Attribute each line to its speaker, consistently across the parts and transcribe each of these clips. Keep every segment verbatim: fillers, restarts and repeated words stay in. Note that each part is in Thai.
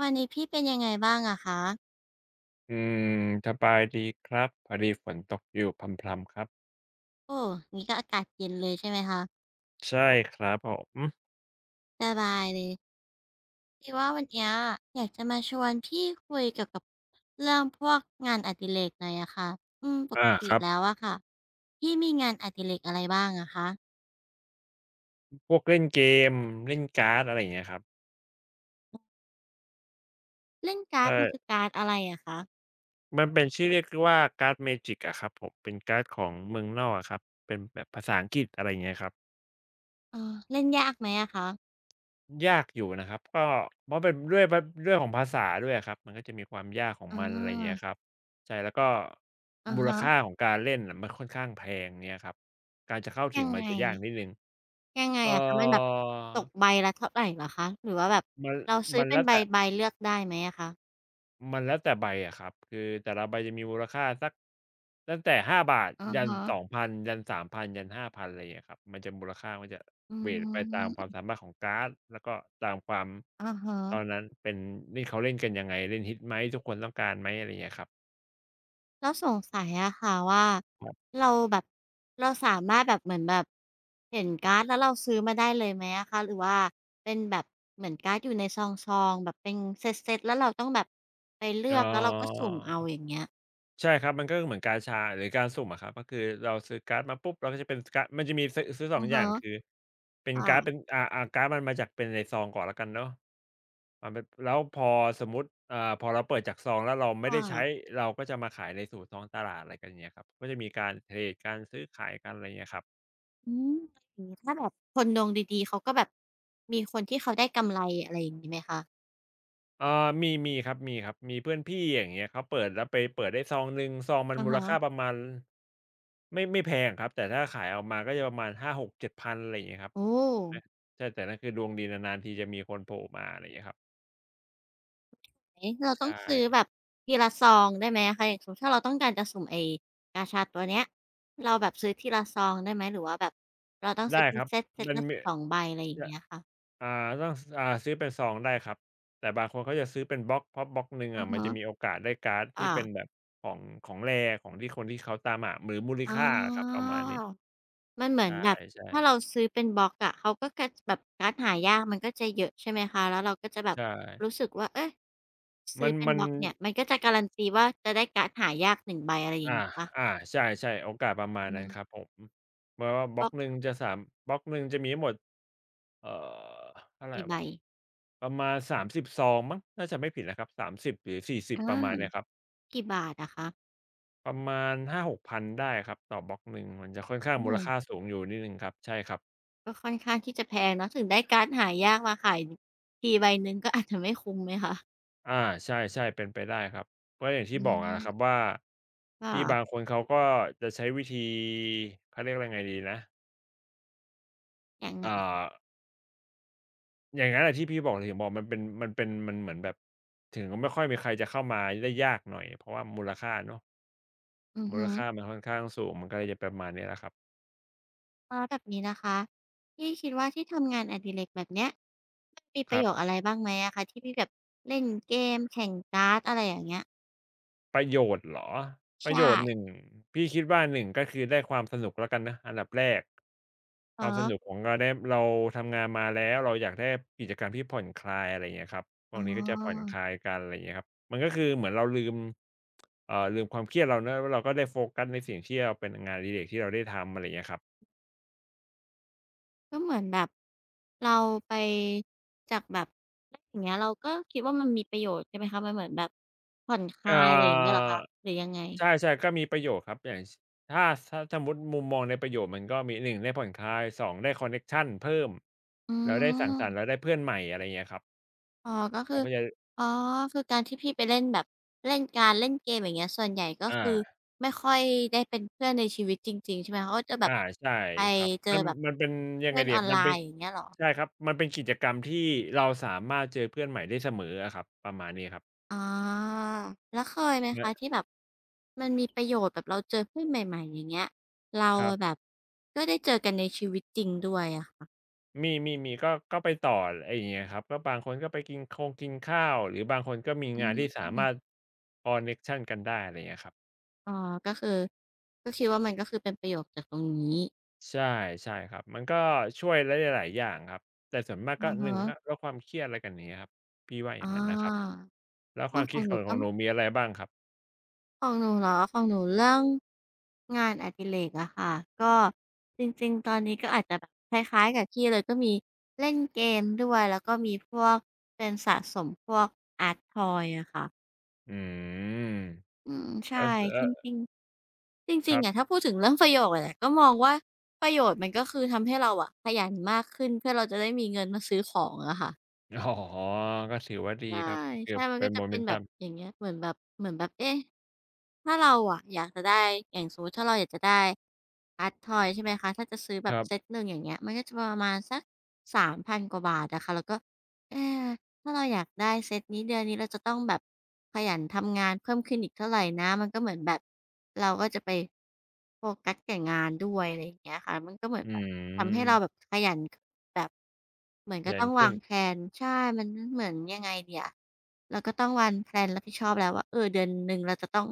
Speaker 1: วันนี้พี่เป็นยังไงบ้างอะคะ
Speaker 2: อืมสบายดีครับพอดีฝนตกอยู่พรำๆครับ
Speaker 1: โอ้งี้ก็อากาศเย็นเลยใช่ไหมคะ
Speaker 2: ใช่ครับผม
Speaker 1: สบายเลยคือว่าวันเนี้ยอยากจะมาชวนพี่คุยเกี่ยวกับเรื่องพวกงานอดิเรกหน่อยอะค่ะอืม ปก
Speaker 2: อา
Speaker 1: ติ
Speaker 2: ครับ
Speaker 1: แล้วอะค่ะพี่มีงานอดิเรกอะไรบ้างอะคะ
Speaker 2: พวกเล่นเกมเล่นการ์ดอะไรอย่างเงี้ยครับ
Speaker 1: เล่นการ์ดมันคือ
Speaker 2: ใช่
Speaker 1: การ์ดอะไรอะคะ
Speaker 2: มันเป็นชื่อเรียกว่าการ์ดเมจิกอะครับผมเป็นการ์ดของเมืองนอกอะครับเป็นแบบภาษาอังกฤษอะไรอย่างเงี้ยครับ
Speaker 1: เออเล่นยากไหมอะคะ
Speaker 2: ยากอยู่นะครับก็เพราะเป็นด้วยเรื่องของภาษาด้วยอะครับมันก็จะมีความยากของ
Speaker 1: อ
Speaker 2: มันอะไรอย่างเงี้ย
Speaker 1: า
Speaker 2: ครับใช่แล้วก็
Speaker 1: อะ
Speaker 2: มูล
Speaker 1: ฮะ
Speaker 2: ค่าของการเล่นน่ะมันค่อนข้างแพงเงี้ยครับการจะเข้าถึ
Speaker 1: ยั
Speaker 2: ง
Speaker 1: ง
Speaker 2: มัน
Speaker 1: ไง
Speaker 2: จะยากนิดนึง
Speaker 1: ยังไง
Speaker 2: เออ
Speaker 1: อะคะมันแบบตกใบละเท่าไหรเหรอคะหรือว่าแบบ
Speaker 2: มัน
Speaker 1: เราซื้
Speaker 2: มั
Speaker 1: อ
Speaker 2: น
Speaker 1: เป็
Speaker 2: แล้
Speaker 1: น
Speaker 2: ว
Speaker 1: ใ
Speaker 2: แต่
Speaker 1: บๆเลือกได้ไหมอะคะ
Speaker 2: มันแล้วแต่ใบอะครับคือแต่ละใบจะมีมูลค่าสักตั้งแต่ห้าบาท
Speaker 1: ออ
Speaker 2: ยัน
Speaker 1: ฮะ
Speaker 2: สองพันยันสามพันยันห้าพันอะไรอย่างเงี้ยครับมันจะมูลค่ามันจะ
Speaker 1: อื
Speaker 2: เวตไปตามความ
Speaker 1: ม
Speaker 2: สามารถของการ์ดแล้วก็ตามความ
Speaker 1: ออ
Speaker 2: ตอน
Speaker 1: ฮะ
Speaker 2: นั้นเป็นนี่เขาเล่นกันยังไงเล่นฮิตไหมทุกคนต้องการไหมอะไรอย่างเงี้ยครับ
Speaker 1: แล้วสงสัยอะค่ะว่า
Speaker 2: ครับ
Speaker 1: เราแบบเราสามารถแบบเหมือนแบบเห็นการ์ดแล้วเราซื้อมาได้เลยไหมอะคะหรือว่าเป็นแบบเหมือนการ์ดอยู่ในซองๆแบบเป็นเซตๆแล้วเราต้องแบบไปเลื
Speaker 2: อ๋
Speaker 1: อกแล้วเราก็
Speaker 2: อ
Speaker 1: สุ่มเอาอย่างเงี้ย
Speaker 2: ใช่ครับมันก็เหมือนกาชาหรือการสุ่มอะครับก็คือเราซื้อการ์ดมาปุ๊บเราก็จะเป็นการ์ดมันจะมีซื้อซื้อสองอ
Speaker 1: อะ
Speaker 2: งอย่า
Speaker 1: ฮะ
Speaker 2: งคือเป็นการ์ดเป็
Speaker 1: ค่ะ
Speaker 2: นอ่าอ่าการ์ดมันมาจากเป็นในซองก่อนแล้วกันเนาะ อาแแล้วพอสมมุติอ่าพอเราเปิดจากซองแล้วเราไม่ได้
Speaker 1: ค่ะ
Speaker 2: ใช้เราก็จะมาขายในสู่ท้องตลาดอะไรกันอย่างเงี้ยครับก็จะมีการเทรดการซื้อขายกันอะไรเงี้ยครับ
Speaker 1: อืมอย่างงี้ถ้าแบบคนดวงดีๆเขาก็แบบมีคนที่เขาได้กำไรอะไรอย่างงี้ไหมคะ
Speaker 2: อ่ามีมีครับมีครับมีเพื่อนพี่อย่างเงี้ยเขาเปิดแล้วไปเปิดได้ซองหนึ่งซองมัน
Speaker 1: อะ
Speaker 2: มูล
Speaker 1: ฮะ
Speaker 2: ค่าประมาณไม่ไม่แพงครับแต่ถ้าขายออกมาก็จะประมาณห้าหกเจ็ดพันอะไรอย่างเงี้ยครับ
Speaker 1: โอ้
Speaker 2: นะใช่แต่นั่นคือดวงดีนานๆทีจะมีคนโผล่มาอะไรอย่างเงี้ยครับ
Speaker 1: เราต้อ
Speaker 2: ใช่
Speaker 1: งซื้อแบบทีละซองได้ไหมอะคะอย่างสมมุติถ้าเราต้องการจะสุ่มไอ้กาชาตัวเนี้ยเราแบบซื้อทีละซองได้ไหมหรือว่าแบบเราต้องซื้อ
Speaker 2: ได้
Speaker 1: เป็
Speaker 2: ค
Speaker 1: น
Speaker 2: รับ
Speaker 1: เซตเซต
Speaker 2: มัน
Speaker 1: ละสิ
Speaker 2: มี
Speaker 1: บสองใบอะไรอย่าง
Speaker 2: จะ
Speaker 1: เงี้ยค่ะ
Speaker 2: อ่าต้องซอ่าซื้อเป็นซองได้ครับแต่บางคนเขาจะซื้อเป็นบล็อกเพราะบล็อกหนึ่ง
Speaker 1: อะ
Speaker 2: อะมัน
Speaker 1: ฮะ
Speaker 2: จะมีโอกาสได้การ์ดที่
Speaker 1: ค่ะ
Speaker 2: เป็นแบบของของแรร e ของที่คนที่เขาตามหาหรือมูล
Speaker 1: อ๋
Speaker 2: ค่าอะครับประ
Speaker 1: อ
Speaker 2: มาณนี้
Speaker 1: มันเห
Speaker 2: ใ
Speaker 1: มือนแบบ
Speaker 2: ช่
Speaker 1: ถ้าเรา
Speaker 2: ๆ
Speaker 1: ซื้อเป็นบล็อกอะเขาก็จะแบบการ์ดหายากมันก็จะเยอะใช่ไหมคะแล้วเราก็จะแบบ
Speaker 2: ใช่
Speaker 1: รู้สึกว่าเอ๊ะซื้
Speaker 2: มั
Speaker 1: อ
Speaker 2: น
Speaker 1: เป็น
Speaker 2: มัน
Speaker 1: บล็อกเนี่ยมันก็จะการันตีว่าจะได้การ์ดหายากหนึ่งใบอะไรอย่า
Speaker 2: อา
Speaker 1: งงี้เปล่า
Speaker 2: อาใช่ๆโอกาสประมาณ
Speaker 1: อื
Speaker 2: นั้นครับ
Speaker 1: ม
Speaker 2: ผมเพราะว่าบ
Speaker 1: บ
Speaker 2: ล็อ
Speaker 1: ล็
Speaker 2: ก
Speaker 1: อก
Speaker 2: หนึ่งจะสามบล็อกหนึ่งจะมีทั้งหมดเอ่อเท่าไร
Speaker 1: กี่ใบ
Speaker 2: วะประมาณสามสิบซองมั้งถ้าจำไม่ผิดนะครับสามสิบหรือสี่สิบ
Speaker 1: อ
Speaker 2: ประมาณเนี้ย
Speaker 1: า
Speaker 2: ครับ
Speaker 1: กี่บาทอะคะ
Speaker 2: ประมาณห้าหกกพันได้ครับต่อบล็อกหนึ่งมันจะค่อนข้าง
Speaker 1: โอ้
Speaker 2: มู
Speaker 1: โฮ
Speaker 2: ลค่าสูงอยู่นิดหนึ่งครับใช่ครับ
Speaker 1: ก็ค่อนข้างที่จะแพงเนาะถึงได้การ์ดหายากมาขายทีใบหนึ่งก็อาจจะไม่คุ้มไหมคะ
Speaker 2: อาใช่ๆเป็นไปได้ครับก็อย่างที่
Speaker 1: อื
Speaker 2: บอกอะนะครับ
Speaker 1: ม
Speaker 2: ว่า
Speaker 1: ค
Speaker 2: ที่บางค
Speaker 1: ่ะ
Speaker 2: นเขาก็จะใช้วิธีเขาเรียกว่ายังไงดีนะ
Speaker 1: ยังไง
Speaker 2: อ่าอย่างงั้นอะที่พี่บอกถึงบอกมันเป็นมันเป็นมันเหมือนแบบถึงไม่ค่อยมีใครจะเข้ามาได้ยากหน่อยเพราะว่ามูลค่าเนาะ
Speaker 1: อือ
Speaker 2: มูล
Speaker 1: ฮึ
Speaker 2: ค่ามันค่อนข้างสูงมันก็เลยจะประมาณนี้แหละครับ
Speaker 1: แล้วแบบนี้นะคะพี่คิดว่าที่ทำงานอดิเรกแบบเนี้ยมันมีป
Speaker 2: ค
Speaker 1: ระ
Speaker 2: รั
Speaker 1: โยชน์
Speaker 2: บ
Speaker 1: อะไรบ้างไหมอะคะที่พี่แบบเล่นเกมแข่งการ์ดอะไรอย่างเงี้ย
Speaker 2: ประโยชน์เหรอประโย
Speaker 1: ใช่
Speaker 2: ชน์หนึ่งพี่คิดว่าหนึ่งก็คือได้ความสนุกแล้วกันนะอันดับแรกค
Speaker 1: อะ
Speaker 2: วามส
Speaker 1: ฮะ
Speaker 2: นุกของเราได้เราทำงานมาแล้วเราอยากได้กิจกรรมที่ผ่อนคลายอะไรอย่างเงี้ยครับตร
Speaker 1: อ๋
Speaker 2: งนี้ก็จะผ่อนค
Speaker 1: อ
Speaker 2: ลายกันอะไรอย่างเงี้ยครับมันก็คือเหมือนเราลืมเอ่อลืมความเครียดเราเนาะแล้วเราก็ได้โฟกัสในสิ่งที่เราเป็นงานอดิเรกที่เราได้ทำอะไรอย่างเงี้ยครับ
Speaker 1: ก็เหมือนแบบเราไปจากแบบแล้วอย่างเงี้ยเราก็คิดว่ามันมีประโยชน์ใช่ไหมคะมันเหมือนแบบผ่อนคลา
Speaker 2: เอ่
Speaker 1: ยอะไรอย่างเงี้ยเหรอ
Speaker 2: อ
Speaker 1: คะหรือยังไง
Speaker 2: ใช่ๆก็มีประโยชน์ครับอย่างชถ้าถ้าสมมุติมุมมองในประโยชน์มันก็มีหนึ่งได้ผ่อนคลายสองได้คอนเน็กชันเพิ่ม
Speaker 1: อื
Speaker 2: แล้วได้สังสรรค์แล้
Speaker 1: ม
Speaker 2: วได้เพื่อนใหม่อะไรอย่างเงี้ยครับ
Speaker 1: อ๋อก็คื
Speaker 2: เรา
Speaker 1: อ
Speaker 2: ก็จะ
Speaker 1: อ๋อคือการที่พี่ไปเล่นแบบเล่นการเล่นเกมอย่างเงี้ยส่วนใหญ่ก็
Speaker 2: อา
Speaker 1: คือไม่ค่อยได้เป็นเพื่อนในชีวิตจริงๆใช่ไหมคะเขาก็จะแบบ
Speaker 2: อาใช่
Speaker 1: ไป
Speaker 2: ครับ
Speaker 1: เจอ
Speaker 2: มัน
Speaker 1: แบบ
Speaker 2: มันเป็นยังไง
Speaker 1: เพื่อน
Speaker 2: ดี
Speaker 1: ออ
Speaker 2: อะ
Speaker 1: น
Speaker 2: มั
Speaker 1: ไล
Speaker 2: นเป็น
Speaker 1: น์อย่างเงี้ยเหรอ
Speaker 2: ใช่ครับมันเป็นกิจกรรมที่เราสามารถเจอเพื่อนใหม่ได้เสมออะครับประมาณนี้ครับ
Speaker 1: อ๋อแล้วเคยไหมคะ
Speaker 2: ม
Speaker 1: ที่แบบมันมีประโยชน์แบบเราเจอเพื่อนใหม่ๆอย่างเงี้ยเรา
Speaker 2: ครั
Speaker 1: อ
Speaker 2: บ
Speaker 1: แบบก็ได้เจอกันในชีวิตจริงด้วยอะค่ะ
Speaker 2: มีมีมีก็ก็ไปต่ออะไรอย่างเงี้ยครับก็บางคนก็ไปกินคงกินข้าวหรือบางคนก็มี
Speaker 1: อื
Speaker 2: งาน
Speaker 1: ม
Speaker 2: ที่สามารถคอนเน็กชันกันได้อะไรอย่างเงี้ยครับ
Speaker 1: อ๋อก็คือก็คิดว่ามันก็คือเป็นประโยชน์จากตรงนี้
Speaker 2: ใช่ใช่ครับมันก็ช่วยได้หลายๆอย่างครับแต่ส่วนมากก็
Speaker 1: อะ
Speaker 2: หนึ
Speaker 1: ฮะ
Speaker 2: งก็ลดความเครียดอะไรกันอย่างเงี้ยครับพี่ว่าอ
Speaker 1: อ
Speaker 2: ย่างงั้นนะครับ
Speaker 1: า
Speaker 2: แล้วค
Speaker 1: ก็
Speaker 2: วาม
Speaker 1: ข
Speaker 2: คิด
Speaker 1: อง
Speaker 2: ข
Speaker 1: ห
Speaker 2: อ
Speaker 1: นู
Speaker 2: งข
Speaker 1: ก็
Speaker 2: องหนูมีอะไรบ้างครับ
Speaker 1: ของหนูเหรอของหนูเรื่องงานอดิเรกอะค่ะก็จริงๆตอนนี้ก็อาจจะแบบคล้ายๆกับพี่เลยก็มีเล่นเกมด้วยแล้วก็มีพวกเป็นสะสมพวกอาร์ตทอยอะค่ะ
Speaker 2: อืม
Speaker 1: อืมใช่
Speaker 2: ก็สเออ
Speaker 1: จริงๆจ
Speaker 2: ค
Speaker 1: ริง
Speaker 2: รั
Speaker 1: ๆอะ
Speaker 2: บ
Speaker 1: ถ้าพูดถึงเรื่องประโยชน์อะก็มองว่าประโยชน์มันก็คือทำให้เราอะขยันมากขึ้นเพื่อเราจะได้มีเงินมาซื้อของอะค่ะ
Speaker 2: อ๋อก็ถือว่าดี
Speaker 1: ใช่
Speaker 2: ครับเกือ
Speaker 1: ใช่
Speaker 2: บ
Speaker 1: มัน
Speaker 2: เป็
Speaker 1: ก็
Speaker 2: น
Speaker 1: จะเป็นแบบ
Speaker 2: Momentum
Speaker 1: อย่างเงี้ยเหมือนแบบเหมือนแบบเอ๊ะถ้าเราอะอยากจะได้อย่างสมมุติถ้าเราอยากจะได้อาร์ตทอยใช่ไหมคะถ้าจะซื้อแบ
Speaker 2: ค
Speaker 1: บ
Speaker 2: รั
Speaker 1: เซต
Speaker 2: บ
Speaker 1: หนึ่งอย่างเงี้ยมันก็จะประมาณสักสามพันกว่าบาทอะค่ะแล้วก็เอ๊ ถ้าเราอยากได้เซตนี้เดือนนี้เราจะต้องแบบขยันทำงานเพิ่มขึ้นอีกเท่าไรนะมันก็เหมือนแบบเราก็จะไปโฟกัสแก่งานด้วยอะไรอย่างเงี้ยค่ะมันก็เหมือน
Speaker 2: อื
Speaker 1: แบบทำให้เราแบบ
Speaker 2: ม
Speaker 1: ขยันแบบเหมือนก็
Speaker 2: ยัน
Speaker 1: ต้อง
Speaker 2: ขึ้
Speaker 1: วา
Speaker 2: น
Speaker 1: งแพลนใช่มันเหมือนยังไงดีอะเราก็ต้องวางแพลนรับผิดชอบแล้วว่าเออเดือนหนึ่งเราจะต้อง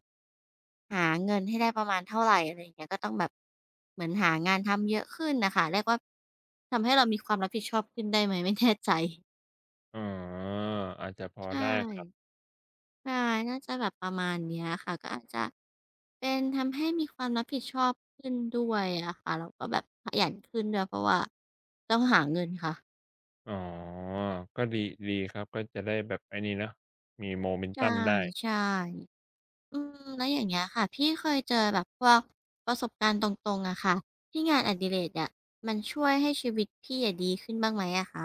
Speaker 1: หาเงินให้ได้ประมาณเท่าไรอะไรอย่างเงี้ยก็ต้องแบบเหมือนหางานทำเยอะขึ้นน่ะค่ะเรียกว่าทำให้เรามีความรับผิดชอบขึ้นได้ไหมไม่แน่ใจ
Speaker 2: อ๋ออาจจะพอ
Speaker 1: ใช่
Speaker 2: ได้ครับ
Speaker 1: ใช่ะน่าจะแบบประมาณเนี้ยค่ะก็อาจจะเป็นทำให้มีความรับผิดชอบขึ้นด้วยอะค่ะแล้วก็แบบขยันขึ้นด้วยเพราะว่าต้องหาเงินค่ะ
Speaker 2: อ๋อ ก็ดีดีครับก็จะได้แบบไอ้นี่เนาะมี
Speaker 1: ใช่
Speaker 2: momentum ได้
Speaker 1: ใช่อืมแล้วอย่างเงี้ยค่ะพี่เคยเจอแบบพวกประสบการณ์ตรงๆอะค่ะที่งานอดิเรกอะมันช่วยให้ชีวิตพี่อะดีขึ้นบ้างไหมอะคะ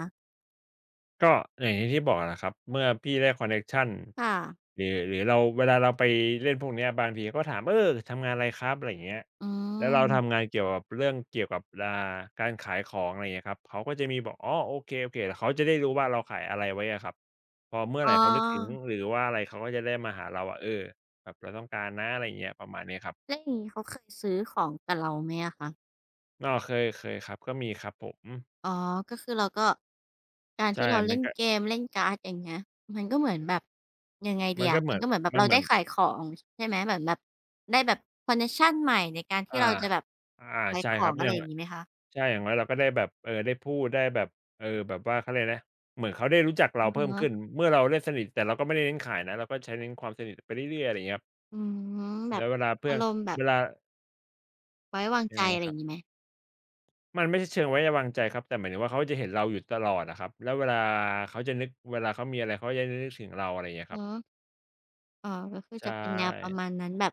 Speaker 2: ก็อย่างที่บอกแหละครับ เมื่อพี่ได้คอนเน็กชัน
Speaker 1: ค่ะ
Speaker 2: หรือหรือเราเวลาเราไปเล่นพวกเนี้ยบางทีเขาก็ถามเออทำงานอะไรครับอะไรอย่างเงี้ย
Speaker 1: อื
Speaker 2: แล้วเรา
Speaker 1: ม
Speaker 2: ทำงานเกี่ยวกับเรื่องเกี่ยวกับอ่าการขายของอะไรอย่างเงี้ยครับเขาก็จะมีบอกอ๋อโอเคๆเดวเขาจะได้รู้ว่าเราขายอะไรไว้อะครับพอเมื่อไห
Speaker 1: อ๋
Speaker 2: ร่เขานึกถึง
Speaker 1: อ
Speaker 2: หรือว่าอะไรเขาก็จะได้มาหาเราว่าเออแบบเราต้องการนะอะไรอย่างเงี้ยประมาณนี้ครับ
Speaker 1: แล้วอย่างงี้เขาเคยซื้อของกับเราไหมอะคะ
Speaker 2: อ้อเคยเคยครับก็มีครับผม
Speaker 1: อ๋อก็คือเราก็การ
Speaker 2: ใช่
Speaker 1: ที่เรา
Speaker 2: มั
Speaker 1: เล่
Speaker 2: น
Speaker 1: น
Speaker 2: ก็
Speaker 1: เกมเล่นการ์ดอย่างเงี้ยมันก็เหมือนแบบยังไงดี
Speaker 2: มันก็
Speaker 1: อะ
Speaker 2: เห
Speaker 1: มั
Speaker 2: มื
Speaker 1: น
Speaker 2: อน
Speaker 1: ก็เหมือนแบบ
Speaker 2: มัน
Speaker 1: เรา
Speaker 2: เหมื
Speaker 1: ได้
Speaker 2: อน
Speaker 1: ขายของใช่ไหมเหมือนแบบได้แบบคอนเน็กชันใหม่ในการที่
Speaker 2: อา
Speaker 1: เราจะแบบ
Speaker 2: อา
Speaker 1: ขาย
Speaker 2: ใช่
Speaker 1: ขอ
Speaker 2: ครับ
Speaker 1: ง
Speaker 2: อ
Speaker 1: อะไร
Speaker 2: ย่าง
Speaker 1: อย่างงี้ไหมคะ
Speaker 2: ใช่อย่างน้อยเราก็ได้แบบเออได้พูดได้แบบเออแบบว่าเขาเรียกอะไรนะเหมือนเขาได้รู้จักเรา
Speaker 1: อะ
Speaker 2: เพิ่ม
Speaker 1: ฮะ
Speaker 2: ขึ้น เมื่อเราได้สนิทแต่เราก็ไม่ได้เน้นขายนะเราก็ใช้เน้นความสนิทไปเรื่อยๆอะไรอย่างเงี้ยครับ
Speaker 1: อืมแบ
Speaker 2: แล้
Speaker 1: บ
Speaker 2: วเวลาเพื่
Speaker 1: อา
Speaker 2: อน
Speaker 1: รมณ์แบ
Speaker 2: เว
Speaker 1: บ
Speaker 2: ลา
Speaker 1: ไว้วาง
Speaker 2: ยั
Speaker 1: ใจ
Speaker 2: งไง
Speaker 1: อะ
Speaker 2: นะ
Speaker 1: ไร
Speaker 2: ค
Speaker 1: อ
Speaker 2: รับ
Speaker 1: ย่างงี้ไหม
Speaker 2: มันไม่ใช่เชิงไว้วางใจครับแต่หมายถึงว่าเขาจะเห็นเราอยู่ตลอดอะครับแล้วเวลาเขาจะนึก เวลาเขามีอะไรเขาจะนึกถึงเราอะไรอย่างเงี้ยค
Speaker 1: อ๋อ
Speaker 2: รับ
Speaker 1: อ๋อก็คือ
Speaker 2: ใช
Speaker 1: จะเป็นแนวประ
Speaker 2: ่
Speaker 1: มาณนั้นแบบ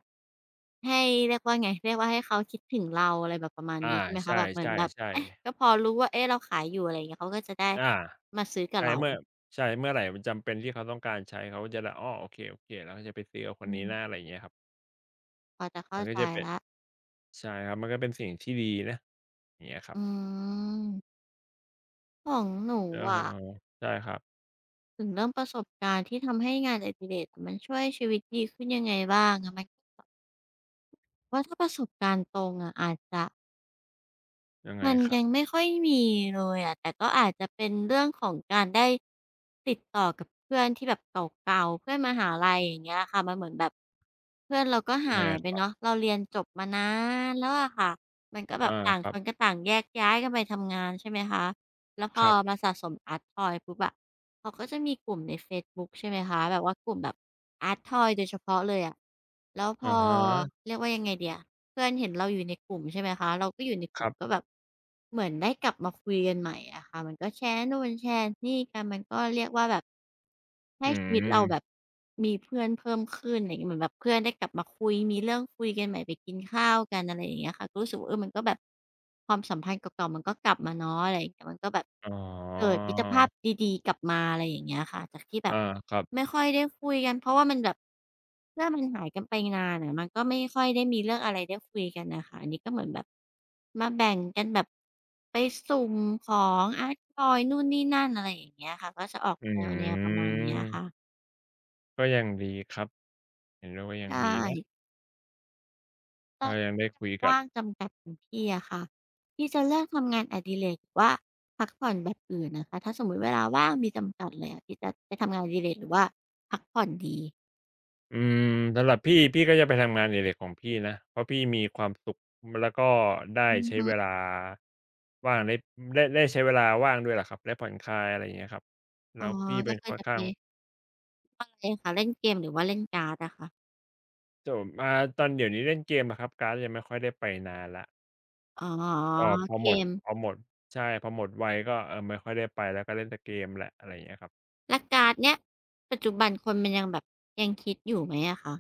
Speaker 1: ให้เรียกว่าไงเรียกว่าให้เขาคิดถึงเราอะไรแบบประมาณนี้
Speaker 2: อา
Speaker 1: ใช่ไหม
Speaker 2: ใช
Speaker 1: คะแบบเหมือนแบบ
Speaker 2: ่
Speaker 1: เอ๊ะ
Speaker 2: ๆๆ
Speaker 1: ก็พอรู้ว่าเอ๊ะเราขายอยู่อะไรอย่างเงี้ยเขาก็จะได้
Speaker 2: อา
Speaker 1: มาซื้อกับ
Speaker 2: ใช่
Speaker 1: เรา
Speaker 2: เมื่อใช่เมื่อไหร่มันจำเป็นที่เขาต้องการใช้เขาก็จะแบบอ้อโอเคๆเราก็จะไปซื้อกับคน
Speaker 1: อื
Speaker 2: นี้นะอะไร
Speaker 1: ม
Speaker 2: อย่างเงี้ยครับ
Speaker 1: พอจะ
Speaker 2: มั
Speaker 1: เข้า
Speaker 2: นก็
Speaker 1: ใจ
Speaker 2: จะเป็น
Speaker 1: แล้ว
Speaker 2: ใช่ครับมันก็เป็นสิ่งที่ดีนะอย่างเงี้ยครั
Speaker 1: อื
Speaker 2: บ
Speaker 1: ม ของหนู
Speaker 2: แล้ว
Speaker 1: อะ
Speaker 2: เราใช่ครับ
Speaker 1: ถึงเรื่องประสบการณ์ที่ทำให้งานอดิเรกมันช่วยชีวิตดีขึ้นยังไงบ้างอะมันว่าถ้าประสบการณ์ตรงอะอาจจะ
Speaker 2: ยังไง
Speaker 1: มัน
Speaker 2: ครั
Speaker 1: ยั
Speaker 2: บ
Speaker 1: งไม่ค่อยมีเลยอะแต่ก็อาจจะเป็นเรื่องของการได้ติดต่อกับเพื่อนที่แบบเก่าๆเพื่อนมหาลัยอย่างเงี้ยค่ะมันเหมือนแบบเพื่อนเราก็
Speaker 2: ยัง
Speaker 1: หา
Speaker 2: ไง
Speaker 1: ยไป
Speaker 2: ครับ
Speaker 1: เนาะเราเรียนจบมานานแล้วอะค่ะมันก็แบ
Speaker 2: อา
Speaker 1: บต่าง
Speaker 2: ครั
Speaker 1: ค
Speaker 2: บ
Speaker 1: นก็ต่างแยกย้ายกันไปทำงานใช่ไหมคะแล้วพ
Speaker 2: ค
Speaker 1: อ
Speaker 2: รั
Speaker 1: มา
Speaker 2: บ
Speaker 1: สะสมอาร์ตทอยปุ๊บอะ เขาก็จะมีกลุ่มในเฟซบุ๊กใช่ไหมคะแบบว่ากลุ่มแบบอาร์ตทอยโดยเฉพาะเลยอะแล้วพ
Speaker 2: อะ
Speaker 1: อ
Speaker 2: ฮะ
Speaker 1: เรียกว่ายังไงดีอะเพื่อนเห็นเราอยู่ในกลุ่มใช่ไหมคะเราก็อยู่ในก
Speaker 2: ค
Speaker 1: ลุ่
Speaker 2: รั
Speaker 1: ม
Speaker 2: บ
Speaker 1: ก็แบบเหมือนได้กลับมาคุยกันใหม่อะค่ะมันก็แชร์นู่นแชร์นี่กันมันก็เรียกว่าแบบ
Speaker 2: อื
Speaker 1: ให้ชีวิตเราแบบ
Speaker 2: ม
Speaker 1: มีเพื่อนเพิ่มขึ้นอะไรอย่างเงี้ยเหมือนแบบเพื่อนได้กลับมาคุยมีเรื่องคุยกันใหม่ไปกินข้าวกันอะไรอย่างเงี้ยค่ะก็รู้สึกว่าเออมันก็แบบความสัมพันธ์เก่าๆมันก็กลับมาเนาะอะไรอย่างเงี้ยมันก็แบบ
Speaker 2: อ๋อ
Speaker 1: เกิดมิตรภาพดีๆกลับมาอะไรอย่างเงี้ยค่ะจากที่แบบ
Speaker 2: อาครับ
Speaker 1: ไม่ค่อยได้คุยกันเพราะว่ามันแบบ เพื่อมันหายกันไปนานอะมันก็ไม่ค่อยได้มีเรื่องอะไรได้คุยกันน่ะค่ะอันนี้ก็เหมือนแบบมาแบ่งกันแบบไปสุ่มของอาร์ตทอยนู่นนี่นั่นอะไรอย่างเงี้ยค่ะก็จะออก
Speaker 2: อื
Speaker 1: แนวๆประมาณเนี้ย
Speaker 2: ม
Speaker 1: ค่ะ
Speaker 2: ก็ยังดีครับเห็นด้วยว่ายัง
Speaker 1: ใช่
Speaker 2: ดีนะ
Speaker 1: แต่
Speaker 2: ก็ยั
Speaker 1: ถ้า
Speaker 2: งได้คุยกัน
Speaker 1: ว่างจำกัดของพี่อะค่ะพี่จะเลือกทำงานอดิเรกหรือว่าพักผ่อนแบบอื่นนะคะถ้าสมมุติเวลาว่างมีจำกัดเลยอะพี่จะไปทำงานอดิเรกหรือว่าพักผ่อนดี
Speaker 2: อืมสำหรับพี่พี่ก็จะไปทำงานในิเรกของพี่นะเพราะพี่มีความสุขแล้วก็ได้
Speaker 1: อือ
Speaker 2: ใช้
Speaker 1: ฮึ
Speaker 2: เวลาว่างได้ได้ได้ใช้เวลาว่างด้วยแหละครับได้ผ่อนคลายอะไรอย่างเงี้ยครับแล้
Speaker 1: อ๋อ
Speaker 2: วพี่เป็
Speaker 1: ก็
Speaker 2: น
Speaker 1: คือ
Speaker 2: ค่อน
Speaker 1: จะไป
Speaker 2: ข้าง
Speaker 1: ทำอะไรคะเล่นเกมหรือว่าเล่นการ์ดอะคะ
Speaker 2: จบ่าตอนเดี๋ยวนี้เล่นเกมอะครับการ์ดยังไม่ค่อยได้ไปนานละ
Speaker 1: อ๋อ
Speaker 2: พอพอ
Speaker 1: เก
Speaker 2: หมด
Speaker 1: ม
Speaker 2: พอหมดใช่พอหมดไวัยก็เออไม่ค่อยได้ไปแล้วก็เล่นแต่เกมแหละอะไรอย่างเงี้ยครับ
Speaker 1: แล้วการ์ดเนี่ยปัจจุบันคนมันยังแบบยังคิดอยู่ไหมอะคะ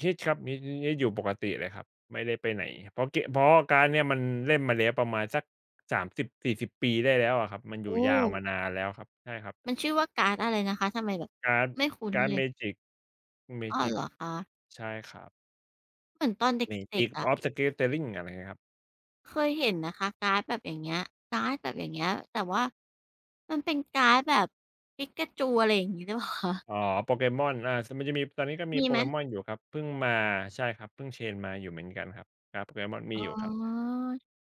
Speaker 2: คิดครับมีมีอยู่ปกติเลยครับไม่ได้ไปไหนเพราะเกะเพราะการ์ดเนี่ยมันเล่นมาแล้วประมาณสักสามสิบถึงสี่สิบปีได้แล้วอะครับมันอยู่
Speaker 1: โอ้
Speaker 2: ยาวมานานแล้วครับใช่ครั
Speaker 1: มั
Speaker 2: บ
Speaker 1: นชื่อว่าการ์ดอะไรนะคะทำไมแบบ
Speaker 2: การ์ด
Speaker 1: ไม่คุ้น
Speaker 2: การ์ด
Speaker 1: เลย
Speaker 2: Magic
Speaker 1: อ้อ
Speaker 2: Magic
Speaker 1: เหรอคะ
Speaker 2: ใช่ครับ
Speaker 1: เหมือนตอนเด็ก
Speaker 2: Magic
Speaker 1: ๆอะ
Speaker 2: of the Gathering อะไรเงี้ยครับ
Speaker 1: เคยเห็นนะคะการ์ดแบบอย่างเงี้ยการ์ดแบบอย่างเงี้ยแต่ว่ามันเป็นการ์ดแบบปิกาจูอะไรอย่างงี้หรือเปล่าคะ
Speaker 2: อ๋อ Pokemon อาสมันจะมีตอนนี้ก็มี
Speaker 1: มีไหม
Speaker 2: Pokemon อยู่ครับเพิ่งมาใช่ครับเพิ่ง change มาอยู่เหมือนกันครับการ์ด Pokemon มี
Speaker 1: อ๋อ
Speaker 2: อยู่ครับ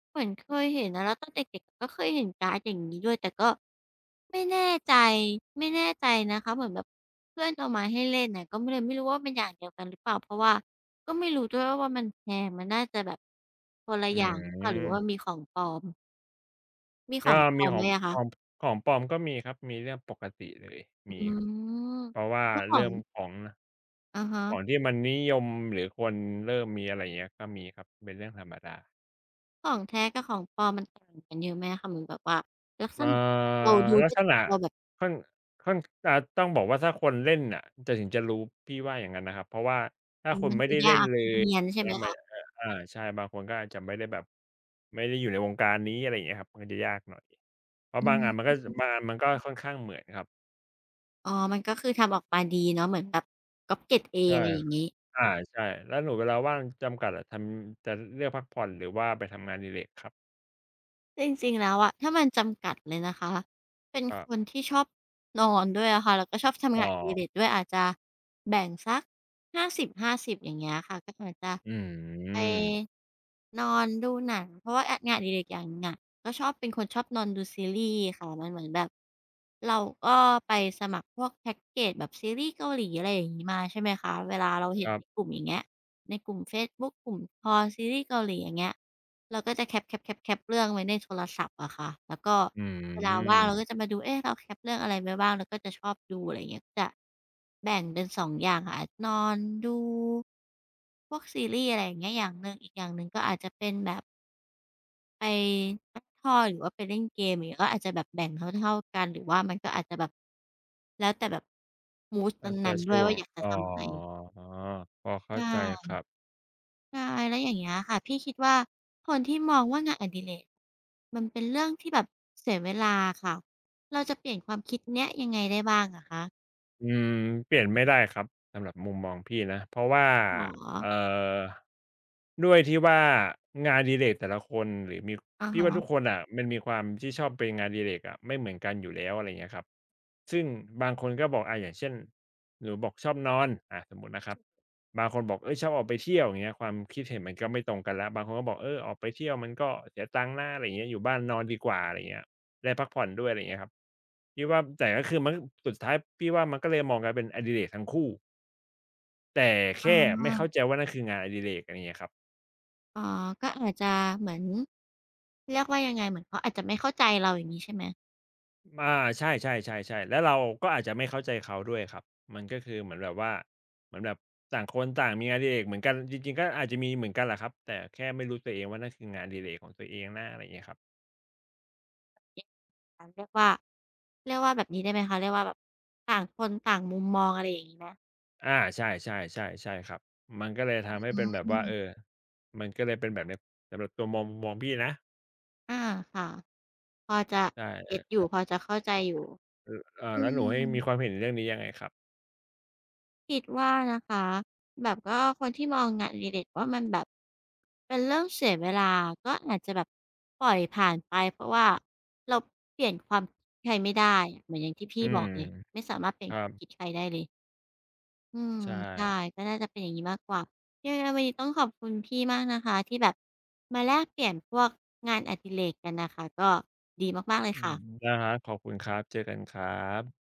Speaker 1: เหมือนเคยเห็นนะแล้วตอนเด็กๆก็เคยเห็นการ์ดอย่างงี้ด้วยแต่ก็ไม่แน่ใจไม่แน่ใจนะคะเหมือนแบบเพื่อนเอามาให้เล่นน่ะก็ไม่เลยไม่รู้ว่ามันอย่างเดียวกันหรือเปล่าเพราะว่าก็ไม่รู้ด้วยว่ามันแพงมันน่าจะแบบคนละ
Speaker 2: อื
Speaker 1: อย่างหรือเปล่าหรือว่ามี
Speaker 2: ม
Speaker 1: ของปลอมมีขอ
Speaker 2: ก็
Speaker 1: งปล
Speaker 2: มี
Speaker 1: อ
Speaker 2: ข
Speaker 1: ม
Speaker 2: อง
Speaker 1: ด้วยอะ
Speaker 2: ของ
Speaker 1: คะ
Speaker 2: ของปลอมก็มีครับมีเรื่องปกติเลยมี
Speaker 1: อื
Speaker 2: ครับ
Speaker 1: ม
Speaker 2: เพราะว่า
Speaker 1: แล้วขอ
Speaker 2: เริ่
Speaker 1: ง
Speaker 2: มของ
Speaker 1: อะฮะ
Speaker 2: ของที่มันนิยมหรือคนเริ่มมีอะไรอย่างเงี้ยก็มีครับเป็นเรื่องธรรมดา
Speaker 1: ของแท้กับของปลอมมันต่างกันเยอะไหมอะคะเหมือนแบบว่าลักษ
Speaker 2: เอ่อ
Speaker 1: ณะอย่างเงี้ยเราดู
Speaker 2: ลัก
Speaker 1: ด้วย
Speaker 2: ษณะ
Speaker 1: เราแบบ
Speaker 2: ค่อนค่อนอ่าต้องบอกว่าถ้าคนเล่นน่ะจะถึงจะรู้พี่ว่าอย่างงั้นนะครับเพราะว่าถ้า
Speaker 1: อ๋อ
Speaker 2: คน
Speaker 1: มัน
Speaker 2: ไม่
Speaker 1: ดู
Speaker 2: ได้เล่น
Speaker 1: ยาก
Speaker 2: เล
Speaker 1: มั
Speaker 2: ย
Speaker 1: นเนียน
Speaker 2: อย่าง
Speaker 1: ใช่ไห
Speaker 2: เงี้
Speaker 1: ม
Speaker 2: ยมัน
Speaker 1: คะ
Speaker 2: อาอาใช่บางคนก็อาจจะไม่ได้แบบไม่ได้อยู่ในวงการนี้อะไรอย่างเงี้ยครับมันก็จะยากหน่อยเพราะ
Speaker 1: อื
Speaker 2: บางอันมัน
Speaker 1: ม
Speaker 2: ก็บางอันมันก็ค่อนข้างเหมือนครับ
Speaker 1: อ๋อมันก็คือทำออกมาดีเนาะเหมือนแบบก๊อปเกรด เอ อ
Speaker 2: ใช่
Speaker 1: อะไรอย่างงี้
Speaker 2: อาใช่แล้วหนูเวลาว่างจำกัดอะทำจะเลือกพักผ่อนหรือว่าไปทำงานอดิเรกครับ
Speaker 1: จริงๆแล้วอะถ้ามันจำกัดเลยนะคะเป็น
Speaker 2: ก็
Speaker 1: คนที่ชอบนอนด้วยอะค่ะแล้วก็ชอบ
Speaker 2: อ๋
Speaker 1: ทำ
Speaker 2: อ
Speaker 1: งานอดิเรกด้วยอาจจะแบ่งสักห้าสิบห้าสิบอย่างเงี้ยค่ะก็อาจจะ
Speaker 2: อื
Speaker 1: ไป
Speaker 2: ม
Speaker 1: นอนดูหนังเพราะว่าองานอดิเรกอย่างหนึ่งอะก็ชอบเป็นคนชอบนอนดูซีรีส์ค่ะมันเหมือนแบบเราก็ไปสมัครพวกแพ็กเกจแบบซีรีส์เกาหลีอะไรอย่างงี้มาใช่ไหมคะเวลาเรา
Speaker 2: ค
Speaker 1: เห็น
Speaker 2: รั
Speaker 1: ใน
Speaker 2: บ
Speaker 1: กลุ่มอย่างเงี้ยในกลุ่มเฟซบุ๊กกลุ่มคอลซีรีส์เกาหลีอย่างเงี้ย เราก็จะแคปแคปแคปแคปเรื่องไว้ในโทรศัพท์อะค่ะแล้วก็
Speaker 2: อื
Speaker 1: เวลาว่างเราก็
Speaker 2: ม
Speaker 1: จะมาดูเอ๊ะเราแคปเรื่องอะไรไว้บ้างเราก็จะชอบดูอะไรอย่างเงี้ยจะแบ่งเป็นสององอย่างค่ะนอนดูพวกซีรีส์อะไรอย่างเงี้ยอย่างหนึ่งอีกอย่างหนึ่งก็อาจจะเป็นแบบไปพักผ่อนหรือว่าไปเล่นเกมอย่างเงี้ยก็อาจจะแบบแบ่งเท่าๆกันหรือว่ามันก็อาจจะแบบแล้วแต่แบบมูด
Speaker 2: แล้วแใจ
Speaker 1: นั้นๆด้ว
Speaker 2: ช่
Speaker 1: ย
Speaker 2: วง
Speaker 1: ว่าอยากจะ
Speaker 2: อ๋อ
Speaker 1: ทำอะไร
Speaker 2: พอ
Speaker 1: ใช
Speaker 2: เข้าใจ
Speaker 1: ่
Speaker 2: ครับ
Speaker 1: ใช่แล้วอย่างเงี้ยค่ะพี่คิดว่าคนที่มองว่างานอดิเรกมันเป็นเรื่องที่แบบเสียเวลาค่ะเราจะเปลี่ยนความคิดเนี้ยยังไงได้บ้างอะคะ
Speaker 2: อืมเปลี่ยนไม่ได้ครับสำหรับมุมมองพี่นะเพราะว่า
Speaker 1: อ๋อ
Speaker 2: เอ่อด้วยที่ว่างานอดิเรกแต่ละคนหรือมี
Speaker 1: อะ
Speaker 2: พี่ว่าทุก
Speaker 1: ฮะ
Speaker 2: คนน่ะมันมีความที่ชอบเป็นงานอดิเรกอะไม่เหมือนกันอยู่แล้วอะไรอย่างเงี้ยครับซึ่งบางคนก็บอกอาอย่างเช่นหนูบอกชอบนอนอ่าสมมุตินะครับบางคนบอกเฮ้ยชอบออกไปเที่ยวอย่างเงี้ยความคิดเห็นมันก็ไม่ตรงกันแล้วบางคนก็บอกเออออกไปเที่ยวมันก็เสียตังค์นะอะไรอย่างเงี้ยอยู่บ้านนอนดีกว่าอะไรอย่างเงี้ย ได้พักผ่อนด้วยอะไรอย่างเงี้ยครับพี่ว่าแต่ก็คือมันสุดท้ายพี่ว่ามันก็เลยมองกันเป็นอดิเรกทั้งคู่แต่
Speaker 1: อา
Speaker 2: แค่ไม่เข้าใจว่านั่นคืองานอดิเรกอะไรอย่างเงี้ยครับ
Speaker 1: อ๋อก็อาจจะเหมือนเรียกว่ายังไงเหมือนเขาอาจจะไม่เข้าใจเราอย่างงี้ใช่ไหม
Speaker 2: อาใช่ๆๆๆแล้วเราก็อาจจะไม่เข้าใจเขาด้วยครับมันก็คือเหมือนแบบว่าเหมือนแบบต่างคนต่างมีงานอดิเรกเหมือนกันจริงๆก็อาจจะมีเหมือนกันแหละครับแต่แค่ไม่รู้ตัวเองว่านั่นคืองานอดิเรกของตัวเองนะอะไรอย่างเงี้ยครับ
Speaker 1: ยอาเรียกว่าเรียกว่าแบบนี้ได้ไหมคะเรียกว่าแบบต่างคนต่างมุมมองอะไรอย่างงี้ไหม
Speaker 2: อาใช่ๆๆใช่ครับมันก็เลยทำให้เป็นแบบ
Speaker 1: อื
Speaker 2: ว่าเออ
Speaker 1: ม
Speaker 2: มันก็เลยเป็นแบบเนี้ยสำหรับตัวมองมุมมองพี่นะ
Speaker 1: อาค่ะพอจะ
Speaker 2: ใช
Speaker 1: เก็ตอ
Speaker 2: ่
Speaker 1: ยู่พอจะเข้าใจอยู่
Speaker 2: เอออ่า
Speaker 1: อื
Speaker 2: แล้วหนูให้
Speaker 1: ม
Speaker 2: มีความเห็นเรื่องนี้ยังไงครับ
Speaker 1: คิดว่านะคะแบบก็คนที่มองงานอดิเรกว่ามันแบบเป็นเรื่องเสียเวลาก็อาจจะแบบปล่อยผ่านไปเพราะว่าเราเปลี่ยนความคิดใครไม่ได้อะเหมือนอย่างที่พี่
Speaker 2: อื
Speaker 1: บ
Speaker 2: ม
Speaker 1: อกเลยไม่สามารถเปลี่
Speaker 2: ค
Speaker 1: ยน
Speaker 2: รั
Speaker 1: ควา
Speaker 2: บ
Speaker 1: มคิดใครได้เลยอืม
Speaker 2: ใช่
Speaker 1: ใช่ก็น่าจะเป็นอย่างงี้มากกว่ายังไงวันนี้ต้องขอบคุณพี่มากนะคะที่แบบมาแลกเปลี่ยนพวกงานอดิเรกกันนะคะก็ดีมากๆเลย
Speaker 2: อืม
Speaker 1: ค่ะ
Speaker 2: นะครับขอบคุณครับ เจอกันครับ